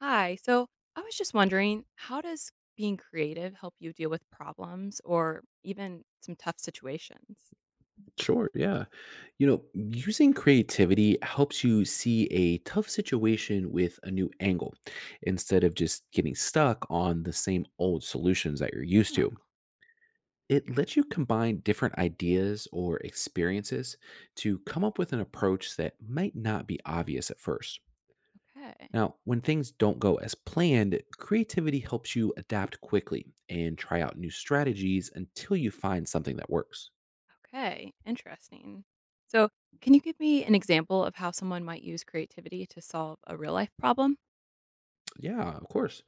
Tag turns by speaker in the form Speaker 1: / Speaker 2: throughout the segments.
Speaker 1: Hi. So I was just wondering, how does being creative help you deal with problems or even some tough situations?
Speaker 2: Sure, yeah. You know, using creativity helps you see a tough situation with a new angle instead of just getting stuck on the same old solutions that you're used
Speaker 1: Huh.
Speaker 2: to. It lets you combine different ideas or experiences to come up with an approach that might not be obvious at first.
Speaker 1: Okay.
Speaker 2: Now, when things don't go as planned, creativity helps you adapt quickly and try out new strategies until you find something that works.
Speaker 1: Okay. Interesting. So, can you give me an example of how someone might use creativity to solve a real life problem?
Speaker 2: Yeah, of course.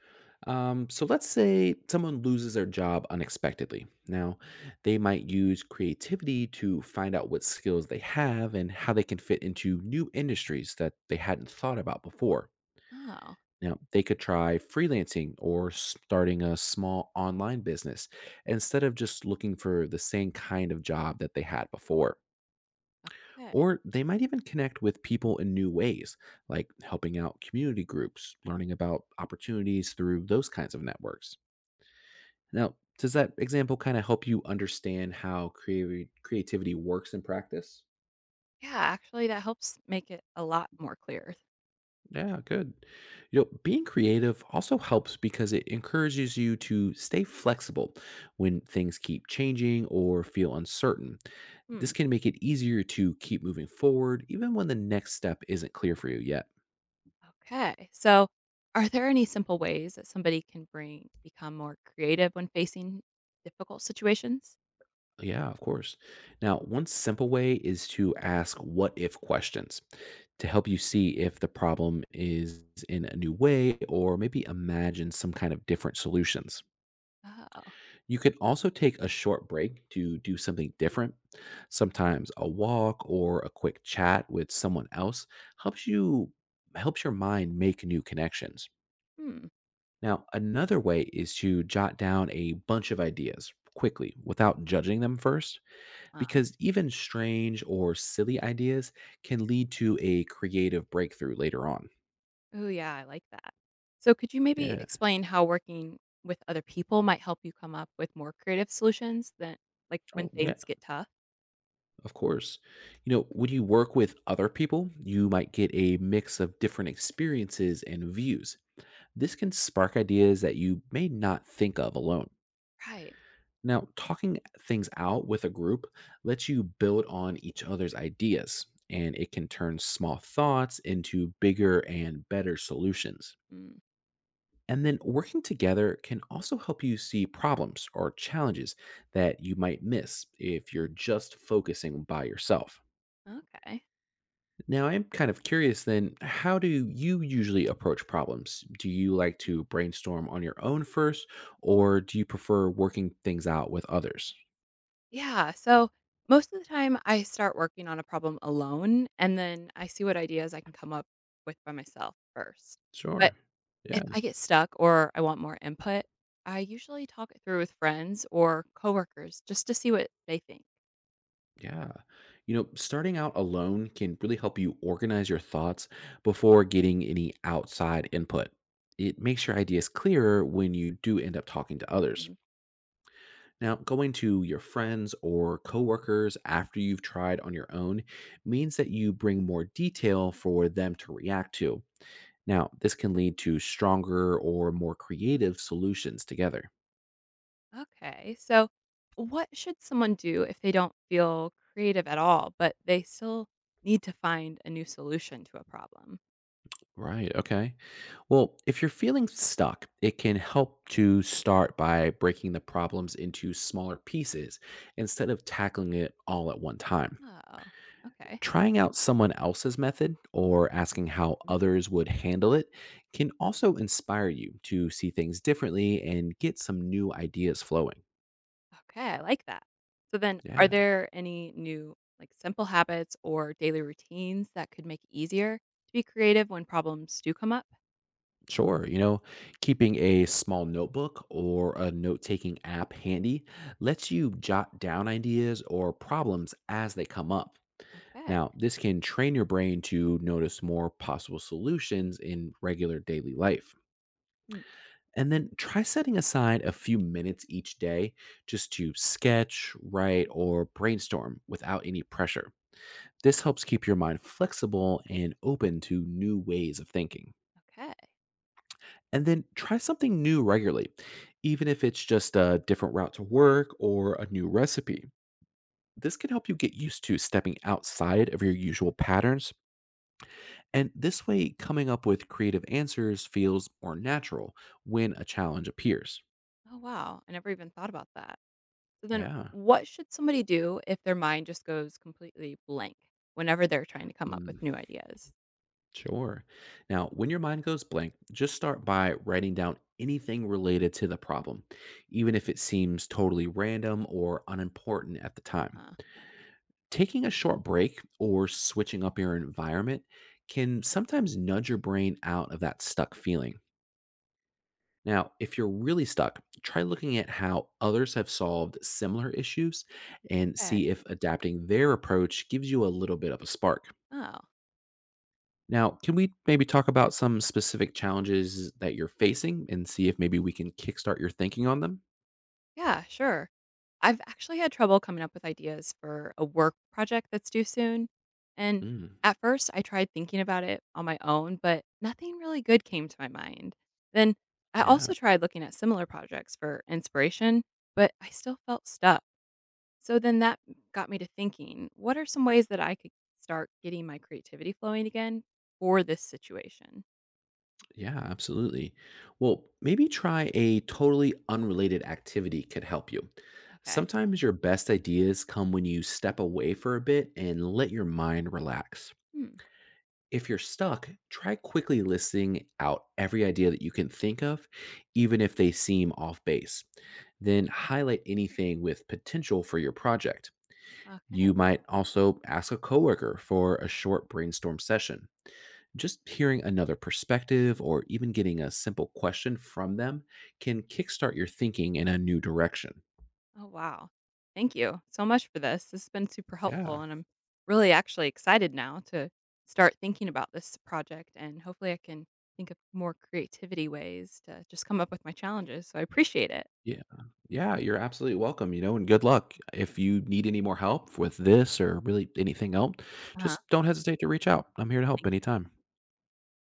Speaker 2: So let's say someone loses their job unexpectedly. Now, they might use creativity to find out what skills they have and how they can fit into new industries that they hadn't thought about before.
Speaker 1: Oh,
Speaker 2: Now, they could try freelancing or starting a small online business instead of just looking for the same kind of job that they had before.
Speaker 1: okay.
Speaker 2: Or they might even connect with people in new ways, like helping out community groups, learning about opportunities through those kinds of networks. Now, does that example kind of help you understand how creative creativity works in practice?
Speaker 1: Yeah, actually, that helps make it a lot more clear.
Speaker 2: Yeah, good. You know, being creative also helps because it encourages you to stay flexible when things keep changing or feel uncertain.
Speaker 1: Hmm.
Speaker 2: This can make it easier to keep moving forward even when the next step isn't clear for you yet.
Speaker 1: Okay. So, are there any simple ways that somebody can bring become more creative when facing difficult situations?
Speaker 2: Yeah, of course. Now, one simple way is to ask what if questions to help you see if the problem is in a new way or maybe imagine some kind of different solutions.
Speaker 1: Oh.
Speaker 2: You can also take a short break to do something different. Sometimes a walk or a quick chat with someone else helps you helps your mind make new connections.
Speaker 1: Hmm.
Speaker 2: Now, another way is to jot down a bunch of ideas quickly without judging them first,
Speaker 1: Huh.
Speaker 2: because even strange or silly ideas can lead to a creative breakthrough later on.
Speaker 1: Oh, yeah, I like that. So, could you maybe
Speaker 2: Yeah.
Speaker 1: explain how working with other people might help you come up with more creative solutions than like when
Speaker 2: Oh, yeah,
Speaker 1: things get tough?
Speaker 2: of course. You know, when you work with other people, you might get a mix of different experiences and views. This can spark ideas that you may not think of alone.
Speaker 1: Right.
Speaker 2: Now, talking things out with a group lets you build on each other's ideas, and it can turn small thoughts into bigger and better solutions.
Speaker 1: Mm.
Speaker 2: And then working together can also help you see problems or challenges that you might miss if you're just focusing by yourself.
Speaker 1: Okay.
Speaker 2: Now, I'm kind of curious then, how do you usually approach problems? Do you like to brainstorm on your own first, or do you prefer working things out with others?
Speaker 1: Yeah. So, most of the time I start working on a problem alone and then I see what ideas I can come up with by myself first. But
Speaker 2: Sure.
Speaker 1: if
Speaker 2: Yeah.
Speaker 1: I get stuck or I want more input, I usually talk it through with friends or coworkers just to see what they think.
Speaker 2: Yeah. You know, starting out alone can really help you organize your thoughts before getting any outside input. It makes your ideas clearer when you do end up talking to others. Now, going to your friends or coworkers after you've tried on your own means that you bring more detail for them to react to. Now, this can lead to stronger or more creative solutions together.
Speaker 1: Okay. So, what should someone do if they don't feel creative at all, but they still need to find a new solution to a problem?
Speaker 2: Right. Okay. Well, if you're feeling stuck, it can help to start by breaking the problems into smaller pieces instead of tackling it all at one time.
Speaker 1: Oh, okay.
Speaker 2: Trying out someone else's method or asking how others would handle it can also inspire you to see things differently and get some new ideas flowing.
Speaker 1: Okay. I like that. So, then are
Speaker 2: Yeah.
Speaker 1: there any new, like, simple habits or daily routines that could make it easier to be creative when problems do come up?
Speaker 2: Sure. You know, keeping a small notebook or a note taking app handy lets you jot down ideas or problems as they come up.
Speaker 1: Okay.
Speaker 2: Now, this can train your brain to notice more possible solutions in regular daily life.
Speaker 1: Hmm,
Speaker 2: And then try setting aside a few minutes each day just to sketch, write, or brainstorm without any pressure. This helps keep your mind flexible and open to new ways of thinking.
Speaker 1: okay.
Speaker 2: And then try something new regularly, even if it's just a different route to work or a new recipe. This can help you get used to stepping outside of your usual patterns. And this way, coming up with creative answers feels more natural when a challenge appears.
Speaker 1: Oh, wow. I never even thought about that. So, then
Speaker 2: Yeah.
Speaker 1: what should somebody do if their mind just goes completely blank whenever they're trying to come up with
Speaker 2: Mm,
Speaker 1: new ideas?
Speaker 2: sure. Now, when your mind goes blank, just start by writing down anything related to the problem, even if it seems totally random or unimportant at the time.
Speaker 1: Huh.
Speaker 2: Taking a short break or switching up your environment can sometimes nudge your brain out of that stuck feeling. Now, if you're really stuck, try looking at how others have solved similar issues and
Speaker 1: Okay.
Speaker 2: see if adapting their approach gives you a little bit of a spark.
Speaker 1: Oh,
Speaker 2: Now, can we maybe talk about some specific challenges that you're facing and see if maybe we can kickstart your thinking on them?
Speaker 1: yeah, sure. I've actually had trouble coming up with ideas for a work project that's due soon. And
Speaker 2: Mm,
Speaker 1: at first, I tried thinking about it on my own, but nothing really good came to my mind. Then I
Speaker 2: yeah.
Speaker 1: also tried looking at similar projects for inspiration, but I still felt stuck. So then that got me to thinking what are some ways that I could start getting my creativity flowing again for this situation?
Speaker 2: Yeah, absolutely. Well, maybe try a totally unrelated activity could help you.
Speaker 1: Okay.
Speaker 2: Sometimes your best ideas come when you step away for a bit and let your mind relax.
Speaker 1: Hmm.
Speaker 2: If you're stuck, try quickly listing out every idea that you can think of, even if they seem off base. Then highlight anything with potential for your project.
Speaker 1: Okay.
Speaker 2: You might also ask a coworker for a short brainstorm session. Just hearing another perspective or even getting a simple question from them can kickstart your thinking in a new direction.
Speaker 1: Oh, wow. Thank you so much for this. This has been super helpful,
Speaker 2: Yeah.
Speaker 1: and I'm really actually excited now to start thinking about this project. And hopefully, I can think of more creativity ways to just come up with my challenges. So I appreciate it.
Speaker 2: Yeah. Yeah. You're absolutely welcome, you know, and good luck. If you need any more help with this or really anything else,
Speaker 1: Uh huh.
Speaker 2: just don't hesitate to reach out. I'm here to help
Speaker 1: Thank you.
Speaker 2: anytime.